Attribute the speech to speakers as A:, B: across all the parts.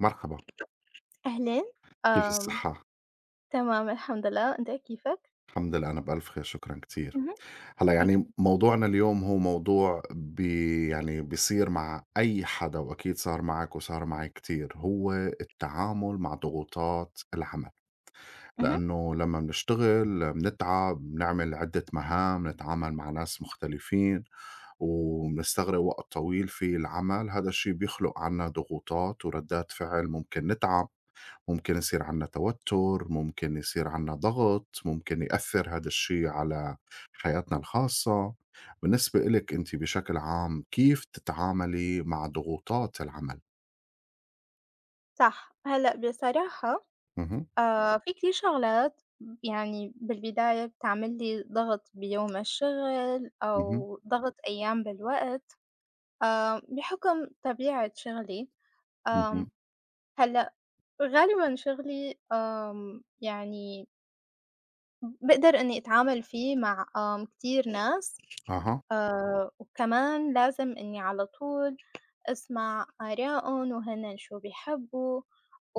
A: مرحبا،
B: أهلين.
A: كيف
B: آمم،
A: الصحة؟
B: تمام الحمد لله، أنت كيفك؟
A: الحمد لله أنا بألف خير شكرًا كتير.
B: اهم.
A: هلّأ يعني
B: أكيد.
A: موضوعنا اليوم هو موضوع يعني بيصير مع أي حدا وأكيد صار معك وصار معي كتير، هو التعامل مع ضغوطات العمل،
B: اهم.
A: لإنه لمّا بنشتغل بنتعب، بنعمل عدة مهام، بنتعامل مع ناس مختلفين، وبنستغرق وقت طويل في العمل، هذا الشي بيخلق عنا ضغوطات وردات فعل ممكن نتعب. ممكن يصير عندنا توتر، ممكن يصير عندنا ضغط، ممكن يأثّر هذا الشي على حياتنا الخاصة. بالنسبة إلِك أنتِ بشكل عام كيف تتعاملي مع ضغوطات العمل؟
B: صح. هلأ بصراحة
A: اهم،
B: في كتير شغلات يعني بالبداية بتعمل لي ضغط بيوم الشغل
A: اهم،
B: أو ضغط أيام بالوقت، بحُكم طبيعة شغلي.
A: اهم،
B: آمم، هلأ غالبًا شغلي يعني باقدر إنّي أتعامل فيه مع كتير ناس،
A: أها،
B: وكمان لازم إنّي على طول أسمع آراءهم وهنا شو بيحبوا،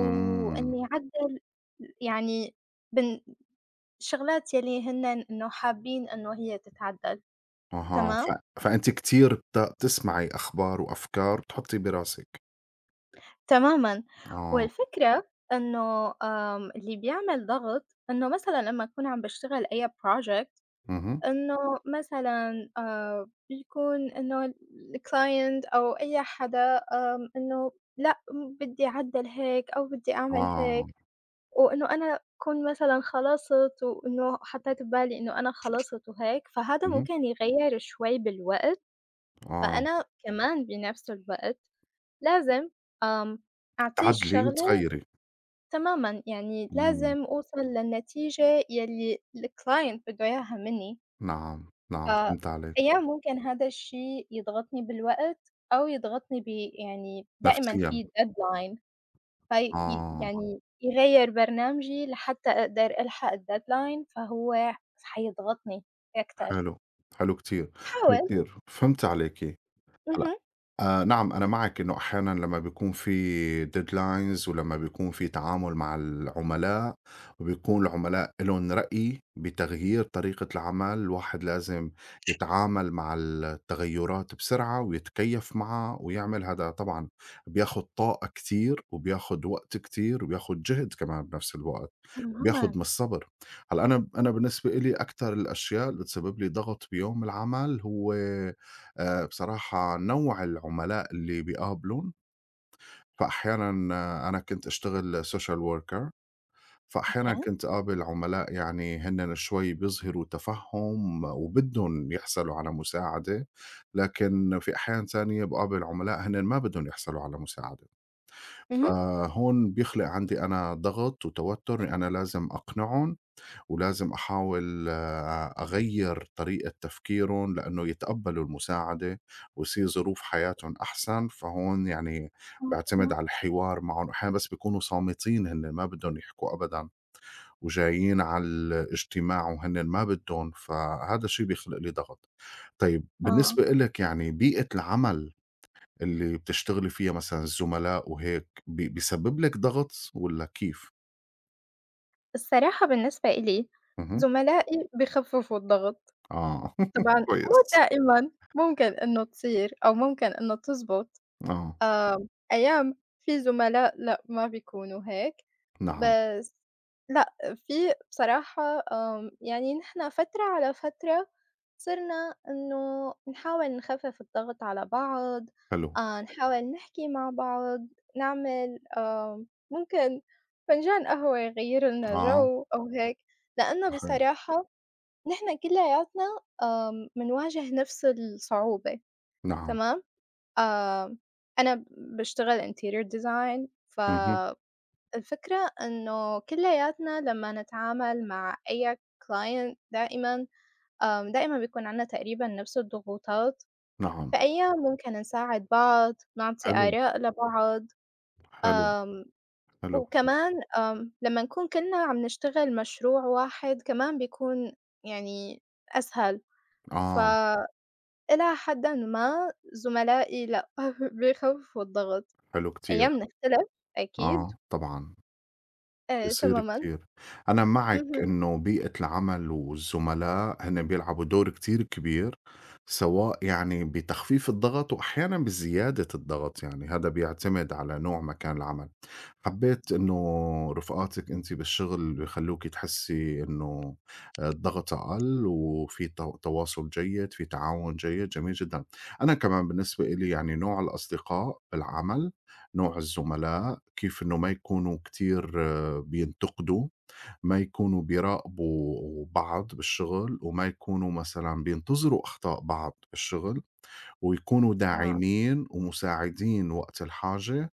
A: إمم،
B: أعدّل يعني بن شغلات يلّي هنّ إنه حابين إنه هي تتعدّل،
A: أها، ف
B: تمام؟
A: فأنتِ كتير بتسمعي أخبار وأفكار بتحطّي براسِك.
B: تمامًا،
A: آه،
B: والفكرة إنه اللي بيعمل ضغط إنه مثلًا لمّا أكون عم باشتغل أي project
A: اهم،
B: إنه مثلًا بيكون إنه الclient أو أي حدا إنه لأ، بدي أعدّل هيك أو بدي أعمل
A: آه،
B: هيك. وإنه أنا أكون مثلًا خلصت وإنه حطيت في بالي إنه أنا خلصت وهيك، فهذا
A: اهم،
B: ممكن يغيّر شوي بالوقت،
A: آه،
B: فأنا كمان بنفس الوقت لازم آمم، أعطيه
A: تعدلي
B: الشغلة.
A: وتغيّري.
B: تمامًا، يعني
A: إمم،
B: لازم أوصل للنتيجة يلّي الclient بده إياها منّي،
A: نعم، نعم، فهمت عليك،
B: فأيام ممكن هذا الشي يضغطني بالوقت أو يضغطني يعني دائمًا
A: نفسيًا،
B: في deadline. في
A: آه.
B: يعني يغيّر برنامجي لحتى أقدر ألحق الdeadline فهو حيضغطني أكتر.
A: حلو، حلو كتير، حلو
B: حاول.
A: كتير، فهمت عليكِ.
B: اهم.
A: آه، نعم، أنا معك إنه أحيانا لما بيكون في ديدلاينز ولما بيكون في تعامل مع العملاء، وبيكون العملاء لهم رأي بتغيير طريقة العمل، الواحد لازم يتعامل مع التغيرات بسرعة ويتكيف معها ويعمل هذا. طبعا بياخد طاقة كتير وبياخد وقت كتير وبياخد جهد كمان بنفس الوقت، بياخد
B: تمامًا.
A: من الصبر. هلا أنا بالنسبة إلي أكثر الأشياء اللي بتسبب لي ضغط بيوم العمل هو بصراحة نوع العملاء اللي بيقابلون. فأحيانًا أنا كنت أشتغل social worker، فأحيانًا
B: أوكي.
A: كنت أقابل عملاء يعني هنّن شوي بيظهروا تفهم وبدّن يحصلوا على مساعدة، لكن في أحيان تانية باقابل عملاء هنّن ما بدّن يحصلوا على مساعدة،
B: اهم.
A: فهون بيخلق عندي أنا ضغط وتوتر إني أنا لازم أقنعهم ولازم أحاول أغيّر طريقة تفكيرهم لإنه يتقبّلوا المساعدة ويصير ظروف حياتهم أحسن. فهون يعني
B: آه،
A: باعتمد
B: تمام.
A: على الحوار معهم، أحيانًا بس بيكونوا صامتين هن ما بدّهم يحكوا أبدًا وجايين على الاجتماع وهن ما بدّهم، فهذا الشي بيخلق لي ضغط. طيب
B: آه.
A: بالنسبة إلِك يعني بيئة العمل اللي بتشتغلي فيها مثلًا الزملاء وهيك بيسبب لِك ضغط والّا كيف؟
B: الصراحة بالنسبة إلي
A: اهم،
B: زملائي بيخفّفوا الضغط.
A: آه
B: طبعًا مو
A: كويس،
B: دائمًا ممكن إنه تصير أو ممكن إنه تزبط.
A: آه،
B: آه. أيام في زملاء لأ، ما بيكونوا هيك،
A: نعم.
B: بس لأ، في بصراحة يعني نحن فترة على فترة صرنا إنه نحاول نخفف الضغط على بعض،
A: حلو،
B: نحاول نحكي مع بعض، نعمل ممكن فنجان قهوة يغيّر لنا
A: آه،
B: جو أو هيك، لإنه
A: صحيح،
B: بصراحة نحن كلّياتنا منواجه نفس الصعوبة،
A: نعم،
B: تمام؟ آآ أنا باشتغل interior design
A: اهم،
B: فالفكرة إنه كلّياتنا لمّا نتعامل مع أي client دائمًا دائمًا بيكون عندنا تقريبًا نفس الضغوطات،
A: نعم،
B: فأيام ممكن نساعد بعض، نعطي
A: حلو،
B: آراء لبعض.
A: حلو،
B: آمم
A: حلو، حلو،
B: وكمان لمّا نكون كلنا عم نشتغل مشروع واحد كمان بيكون يعني أسهل،
A: آه،
B: فإلى حدٍ ما زملائي لأ بيخففوا الضغط.
A: حلو كتير،
B: أيامنا اختلفت أكيد.
A: آه، طبعًا. بيصير
B: تمامًا.
A: كتير. أنا معك
B: اهم.
A: إنه بيئة العمل والزملاء هن بيلعبوا دور كتير كبير، سواء يعني بتخفيف الضغط وأحيانًا بزيادة الضغط، يعني هذا بيعتمد على نوع مكان العمل. حبيت إنه رفقاتِك أنتِ بالشغل بيخلّوكِ تحسّي إنه الضغط أقل وفي تواصل جيد، في تعاون جيد، جميل جدًا. أنا كمان بالنسبة إلي يعني نوع الأصدقاء بالعمل، نوع الزملاء، كيف إنه ما يكونوا كتير بينتقدوا، ما يكونوا بيراقبوا بعض بالشغل، وما يكونوا مثلًا بينتظروا أخطاء بعض بالشغل، ويكونوا
B: آه.
A: داعمين ومساعدين وقت الحاجة.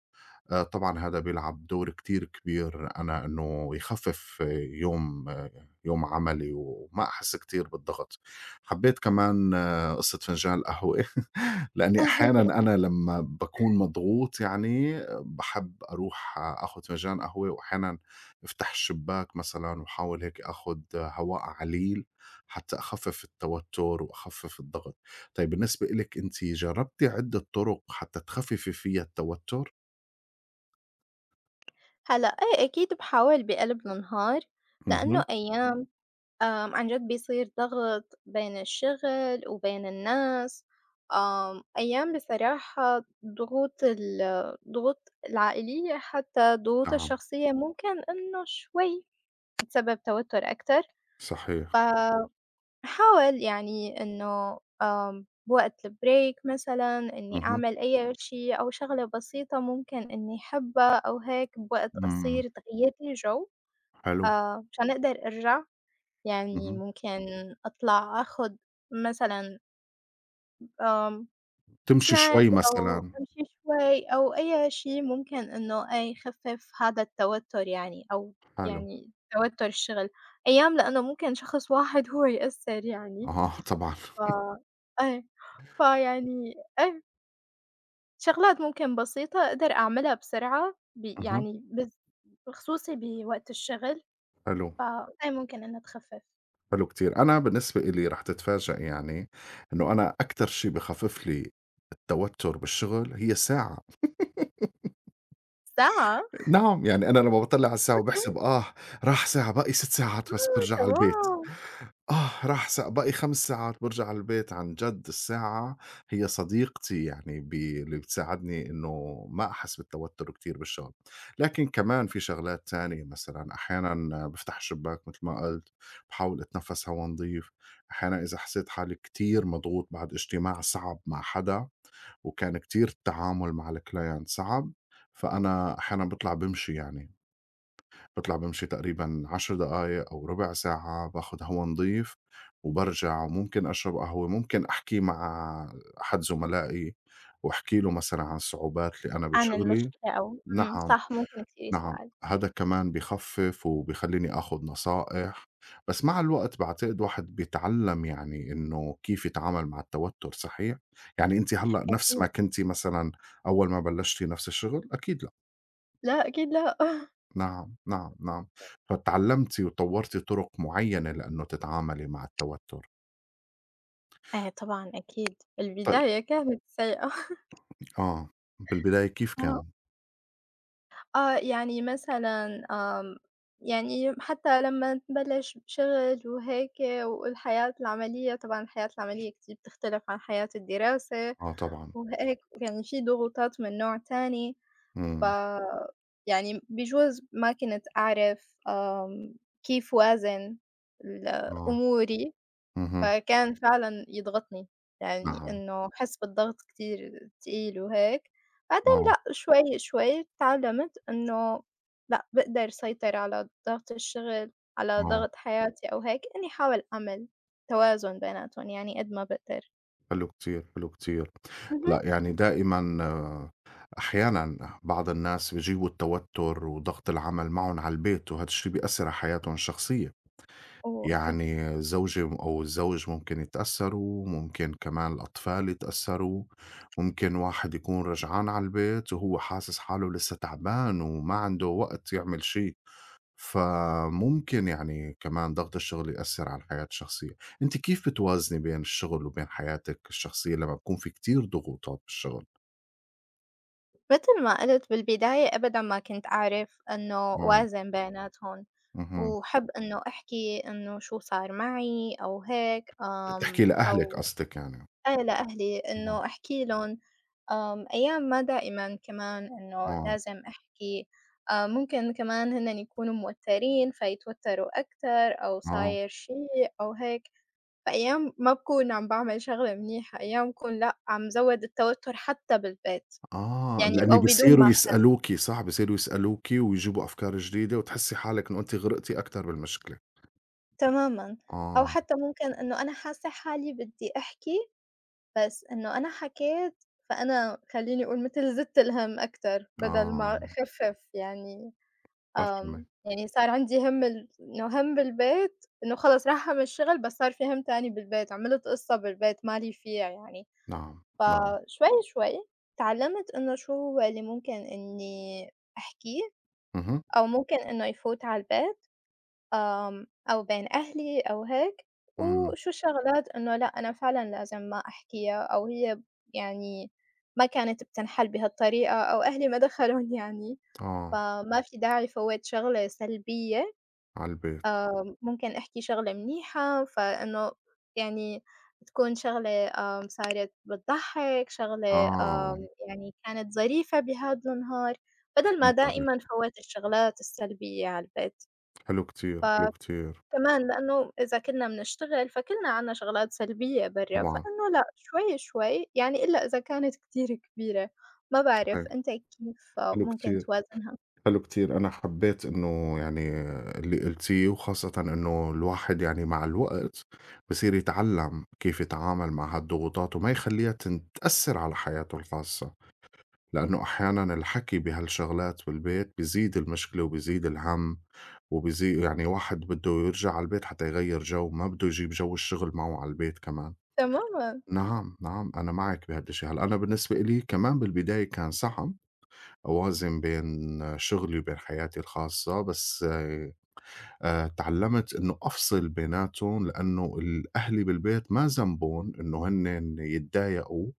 A: طبعًا هذا بيلعب دور كتير كبير أنا إنه يخفف يوم آه، يوم عملي وما أحس كتير بالضغط. حبيت كمان قصة فنجان القهوة لإنّي أحيانًا أنا لمّا باكون مضغوط يعني باحب أروح آخُد فنجان قهوة، وأحيانًا أفتح الشباك مثلًا وأحاول هيك آخُد هواء عَليل حتّى أخفِّف التوتُّر وأخفِّف الضغط. طيب بالنسبة إلِك أنتِ جرّبتِ عدّة طُرُق حتّى تخفِّفي فيها التوتُّر؟
B: هلأ إيه أكيد باحاول بقلب النهار، لإنه
A: اهم.
B: أيام عن جد بيصير ضغط بين الشغل وبين الناس، أيام بصراحة ضغوط الضغوط العائلية حتى الضغوط
A: نعم،
B: الشخصية ممكن إنه شوي تسبب توتر أكتر.
A: صحيح.
B: ف أحاول يعني إنه بوقت الbreak مثلًا إني
A: اهم.
B: أعمل أي شي أو شغلة بسيطة ممكن إني أحبها أو هيك بوقت
A: إمم.
B: قصير تغيّر لي جو.
A: حلو.
B: مشان أقدر أرجع، يعني
A: اهم.
B: ممكن أطلع آخُد مثلًا آمم،
A: تمشي
B: snack
A: شوي
B: أو
A: مثلًا.
B: أمشي شوي أو أي شي ممكن إنه إيه يخفف هذا التوتُّر يعني أو
A: حلو.
B: توتُّر الشغل، أيام لإنه ممكن شخص واحد هو يأثّر يعني.
A: آه طبعًا.
B: ف أي، فيعني أي، شغلات ممكن بسيطة أقدر أعملها بسرعة
A: اهم.
B: يعني بخصوصي بوقت الشغل،
A: حلو.
B: فأي ممكن إنها تخفف.
A: حلو كتير. أنا بالنسبة إلي رح تتفاجئ يعني إنه أنا أكتر شي بخفف لي التوتر بالشغل هي الساعة.
B: ساعة!
A: نعم، يعني أنا لمّا باطلّع على الساعة
B: أوكي.
A: وباحسب راح ساعة، باقي 6 ساعات بس
B: آه،
A: بارجع على البيت.
B: تمام.
A: آه، راح باقي 5 ساعات بارجع على البيت. عن جد الساعة هي صديقتي، يعني اللي بتساعدني إنه ما أحس بالتوتر كتير بالشغل. لكن كمان في شغلات تانية مثلًا أحيانًا بافتح الشباك متل ما قلت، باحاول أتنفّس هوا نضيف. أحيانًا إذا حسيت حالي كتير مضغوط بعد اجتماع صعب مع حدا وكان كتير التعامل مع الclient صعب، فأنا أحيانًا باطلع بامشي يعني. باطلع بامشي تقريبًا 10 دقايق أو ربع ساعة، باخد هوا نضيف وبارجع، ممكن أشرب قهوة، ممكن أحكي مع أحد زملائي وأحكي له مثلًا عن الصعوبات اللي أنا
B: عن
A: بشغلي.
B: المشكلة أو
A: نعم،
B: صح ممكن كتير
A: نعم،
B: يساعد.
A: هذا كمان بيخفف وبيخلّيني آخد نصائح. بس مع الوقت باعتقد الواحد بيتعلّم يعني إنه كيف يتعامل مع التوتر، صحيح؟ يعني أنتِ هلأ نفس ما
B: أكيد.
A: كنتِ مثلًا أول ما بلشتِ نفس الشغل؟ أكيد
B: لأ أكيد لأ.
A: نعم، نعم، نعم. فتعلّمتِ وطوّرتِ طُرق معيّنة لإنه تتعاملي مع التوتُّر.
B: إيه طبعًا أكيد،
A: طيب
B: البداية كانت سيئة.
A: آه. بالبداية كيف
B: آه.
A: كان؟
B: آه، يعني مثلًا يعني حتى لمّا تبلّش شغل وهيك والحياة العملية طبعًا الحياة العملية كتير بتختلف عن حياة الدراسة
A: آه طبعًا.
B: وهيك، يعني في ضغوطات من نوع تاني. ف
A: إمم.
B: يعني بيجوز ما كنت أعرف كيف وازن ال
A: آه.
B: أموري.
A: اهم.
B: فكان فعلًا يضغطني، يعني
A: نعم.
B: إنه أحس بالضغط كتير تقيل وهيك. بعدين
A: آه،
B: لأ شوي شوي اتعلمت إنه لأ باقدر سيطر على ضغط الشغل، على
A: آه.
B: ضغط حياتي أو هيك، إني حاول أعمل توازن بيناتهم يعني قد ما باقدر.
A: حلو كتير، حلو كتير.
B: اهم.
A: هلأ يعني دائمًا أحيانًا بعض الناس بيجيبوا التوتُّر وضغط العمل معهم على البيت وهذا الشي بيأثّر على حياتهم الشخصية.
B: وأكيد.
A: يعني زوجي أو الزوج ممكن يتأثّروا، ممكن كمان الأطفال يتأثّروا، ممكن واحد يكون رجعان على البيت وهو حاسس حاله لسّه تعبان وما عنده وقت يعمل شي، فممكن يعني كمان ضغط الشغل يأثّر على الحياة الشخصية. أنتِ كيف بتوازني بين الشغل وبين حياتِك الشخصية لمّا بيكون في كتير ضغوطات بالشغل؟
B: متل ما قُلت بالبداية أبدًا ما كنت أعرف إنه
A: آه،
B: وازن بيناتهم،
A: اهم.
B: وأحب إنه أحكي إنه شو صار معي أو هيك،
A: بتحكي لأهلِك
B: أو
A: قصدِك يعني.
B: أنا لأهلي
A: آه،
B: إنه أحكي لهم. أيام ما دائمًا كمان إنه
A: آه،
B: لازم أحكي، ممكن كمان هُنّ يكونوا موتّرين فيتوتّروا أكتر أو
A: آه.
B: صاير شيء أو هيك. فأيام ما باكون عم باعمل شغلة منيحة، أيام باكون لأ، عم زوّد التوتّر حتى بالبيت،
A: آه،
B: يعني أو
A: لإن
B: آه. بدون ما
A: بيصيروا
B: أحس،
A: يسألوكِ، صح، بيصيروا يسألوكِ ويجيبوا أفكار جديدة وتحسّي حالِك إنه أنتِ غرقتِ أكتر بالمشكلة.
B: تمامًا، أو
A: آه،
B: حتى ممكن إنه أنا حاسة حالي بدي أحكي بس إنه أنا حكيت، فأنا خلّيني أقول متل زِدت الهَم أكتر بدل
A: آه،
B: ما أخفّف يعني
A: بافهمِك.
B: يعني صار عندي هَم إنه هَم بالبيت، إنه خلص راح هَم الشغل بس صار في هَم تاني بالبيت، عملت قصّة بالبيت مالي فيها يعني.
A: نعم، نعم.
B: فشوي، شوي اتعلّمت إنه شو هو اللي ممكن إنّي أحكيه
A: اهم،
B: أو ممكن إنه يفوت على البيت. أو بين أهلي أو هيك،
A: إمم،
B: وشو الشغلات إنه لأ أنا فعلًا لازم ما أحكيها أو هي يعني ما كانت بتنحل بهالطريقة أو أهلي ما دخلون يعني،
A: آه،
B: فما في داعي فوّت شغلة سلبية،
A: على البيت.
B: ممكن أحكي شغلة منيحة، فإنه يعني تكون شغلة صارت بتضحّك، شغلة
A: آه،
B: يعني كانت ظريفة بهاد النهار، بدل ما
A: فهمت
B: دائمًا
A: عليكِ.
B: فوّت الشغلات السلبية على البيت.
A: حلو
B: ف
A: كتير، حلو كتير.
B: كمان لإنه إذا كنّا بنشتغل فكلنا عنا شغلات سلبية برّا،
A: طبعًا،
B: فإنه لأ شوي، شوي يعني إلّا إذا كانت كتير كبيرة، ما بعرف
A: صحيح.
B: أنت كيف
A: حلو
B: ممكن
A: كتير،
B: توازنها؟
A: حلو كتير. أنا حبّيت إنه يعني اللي قلتيه، وخاصةً إنه الواحد يعني مع الوقت بصير يتعلّم كيف يتعامل مع هالضغوطات وما يخلّيها تأثّر على حياته الخاصة. لأنه أحيانًا الحكي بهالشغلات بالبيت بيزيد المشكلة وبيزيد الهم، يعني واحد بده يرجع على البيت حتى يغيّر جو، ما بده يجيب جو الشغل معه على البيت كمان.
B: تمامًا،
A: نعم، نعم، أنا معِك بهاد الشي. هلأ أنا بالنسبة إلي كمان بالبداية كان صعب أوازن بين شغلي وبين حياتي الخاصة، بس تعلّمت إنه أفصل بيناتهم، لإنه أهلي بالبيت ما ذنبهم إنه هنّن يتضايقوا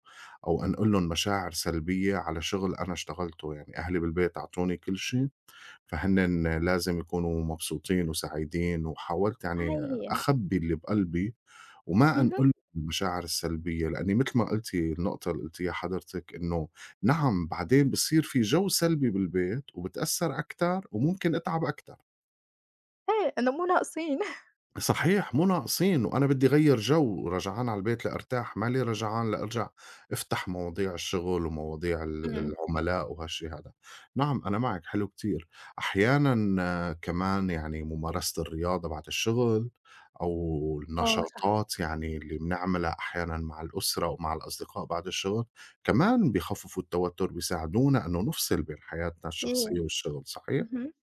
A: أو أنقل لهم مشاعر سلبية على شغل أنا اشتغلته. يعني أهلي بالبيت أعطوني كل شي، فهنّن لازم يكونوا مبسوطين وسعيدين، وحاولت يعني
B: هاي هي.
A: أخبّي اللي بقلبي وما
B: اهم.
A: أنقل المشاعر السلبية، لإني متل ما قلتِ النقطة اللي قلتيها حضرتِك إنه. نعم، بعدين بصير في جو سلبي بالبيت وبتأثّر أكتر وممكن أتعب أكتر.
B: إيه، إنه مو ناقصين.
A: صحيح، مو ناقصين، وأنا بدّي غيّر جو، رجعان على البيت لأرتاح، مالي رجعان لأرجع أفتح مواضيع الشغل ومواضيع العملاء وهالشي هادا. نعم، أنا معِك حلو كتير. أحيانًا كمان يعني ممارسة الرياضة بعد الشغل أو
B: آه، صح
A: النشاطات يعني اللي بنعملها أحيانًا مع الأسرة ومع الأصدقاء بعد الشغل، كمان بيخفّفوا التوتر، بيساعدونا إنه نفصل بين حياتنا
B: كتير.
A: الشخصية والشغل، صحيح؟
B: اهم.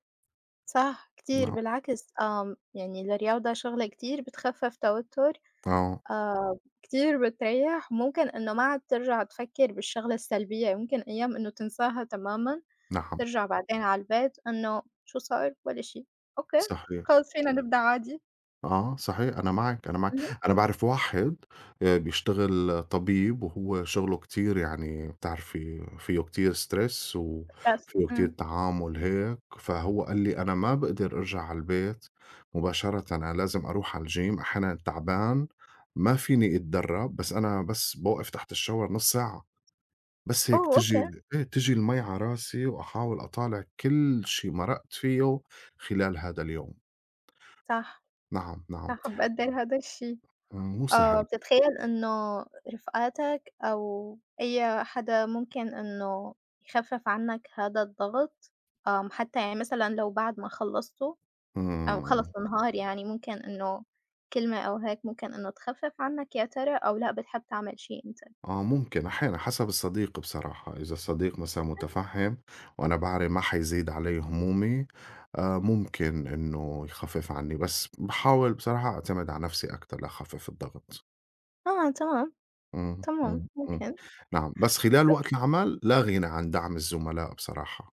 B: صح كتير
A: نعم،
B: بالعكس يعني الرياضة شغلة كتير بتخفّف توتُّر،
A: آه،
B: كتير بتريّح، ممكن إنه ما عاد ترجع تفكّر بالشغلة السلبية، ممكن أيام إنه تنساها تمامًا.
A: نعم،
B: ترجع بعدين على البيت إنه شو صار؟ ولا شي. أوكي.
A: صحيح.
B: خلص فينا نبدأ عادي.
A: آه، صحيح أنا معاك، أنا معاك.
B: اهم.
A: أنا باعرف واحد بيشتغل طبيب وهو شغله كتير يعني، بتعرفي فيه كتير stress
B: بس
A: وفيه كتير تعامل هيك، فهو قال لي: "أنا ما باقدر أرجع على البيت مباشرةً، أنا لازم أروح على الgym، أحيانًا تعبان ما فيني أتدرّب، بس أنا بس بوقف تحت الشاور نُص ساعة، بس هيك
B: أوه! أوكي.
A: تيجي إيه، تيجي المَي على راسي وأحاول أطالع كل شي مرقت فيه خلال هذا اليوم."
B: صح،
A: نعم، نعم.
B: صح، بقدّر هادا الشي.
A: مو
B: آه،
A: سهل.
B: بتتخيّل إنه رفقاتك أو أي حدا ممكن إنه يخفف عنّك هادا الضغط؟ حتى يعني مثلًا لو بعد ما خلّصتوا أو خلص
A: إمم،
B: النهار يعني ممكن إنه كلمة أو هيك ممكن إنه تخفف عنّك يا ترى أو لأ بتحب تعمل شي أنت؟
A: ممكن أحيانًا حسب الصديق بصراحة، إذا الصديق مثلًا مُتفهِّم وأنا باعرف ما حيزيد عليّا همومي، ممكن إنه يخفِّف عنّي، بس باحاول بصراحة أعتمد على نَفْسي أكتر لأخفِّف الضغط.
B: آه، تمام،
A: إمم،
B: تمام
A: إمم، إمم،
B: ممكن.
A: نعم، بس خلال وقت العمل لا غِنى عن دعم الزملاء بصراحة.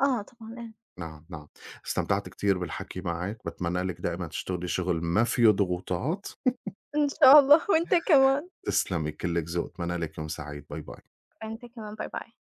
B: آه، طبعًا.
A: نعم، نعم، استمتعت كتير بالحكي معاك، باتمنى لِك دايمًا تشتغلي شُغل ما فيه ضغوطات،
B: إن شاء الله، وأنت كمان.
A: تسلمي كلِّك ذوق، أتمنى لِك يوم سعيد، باي، باي.
B: أنت كمان، باي باي.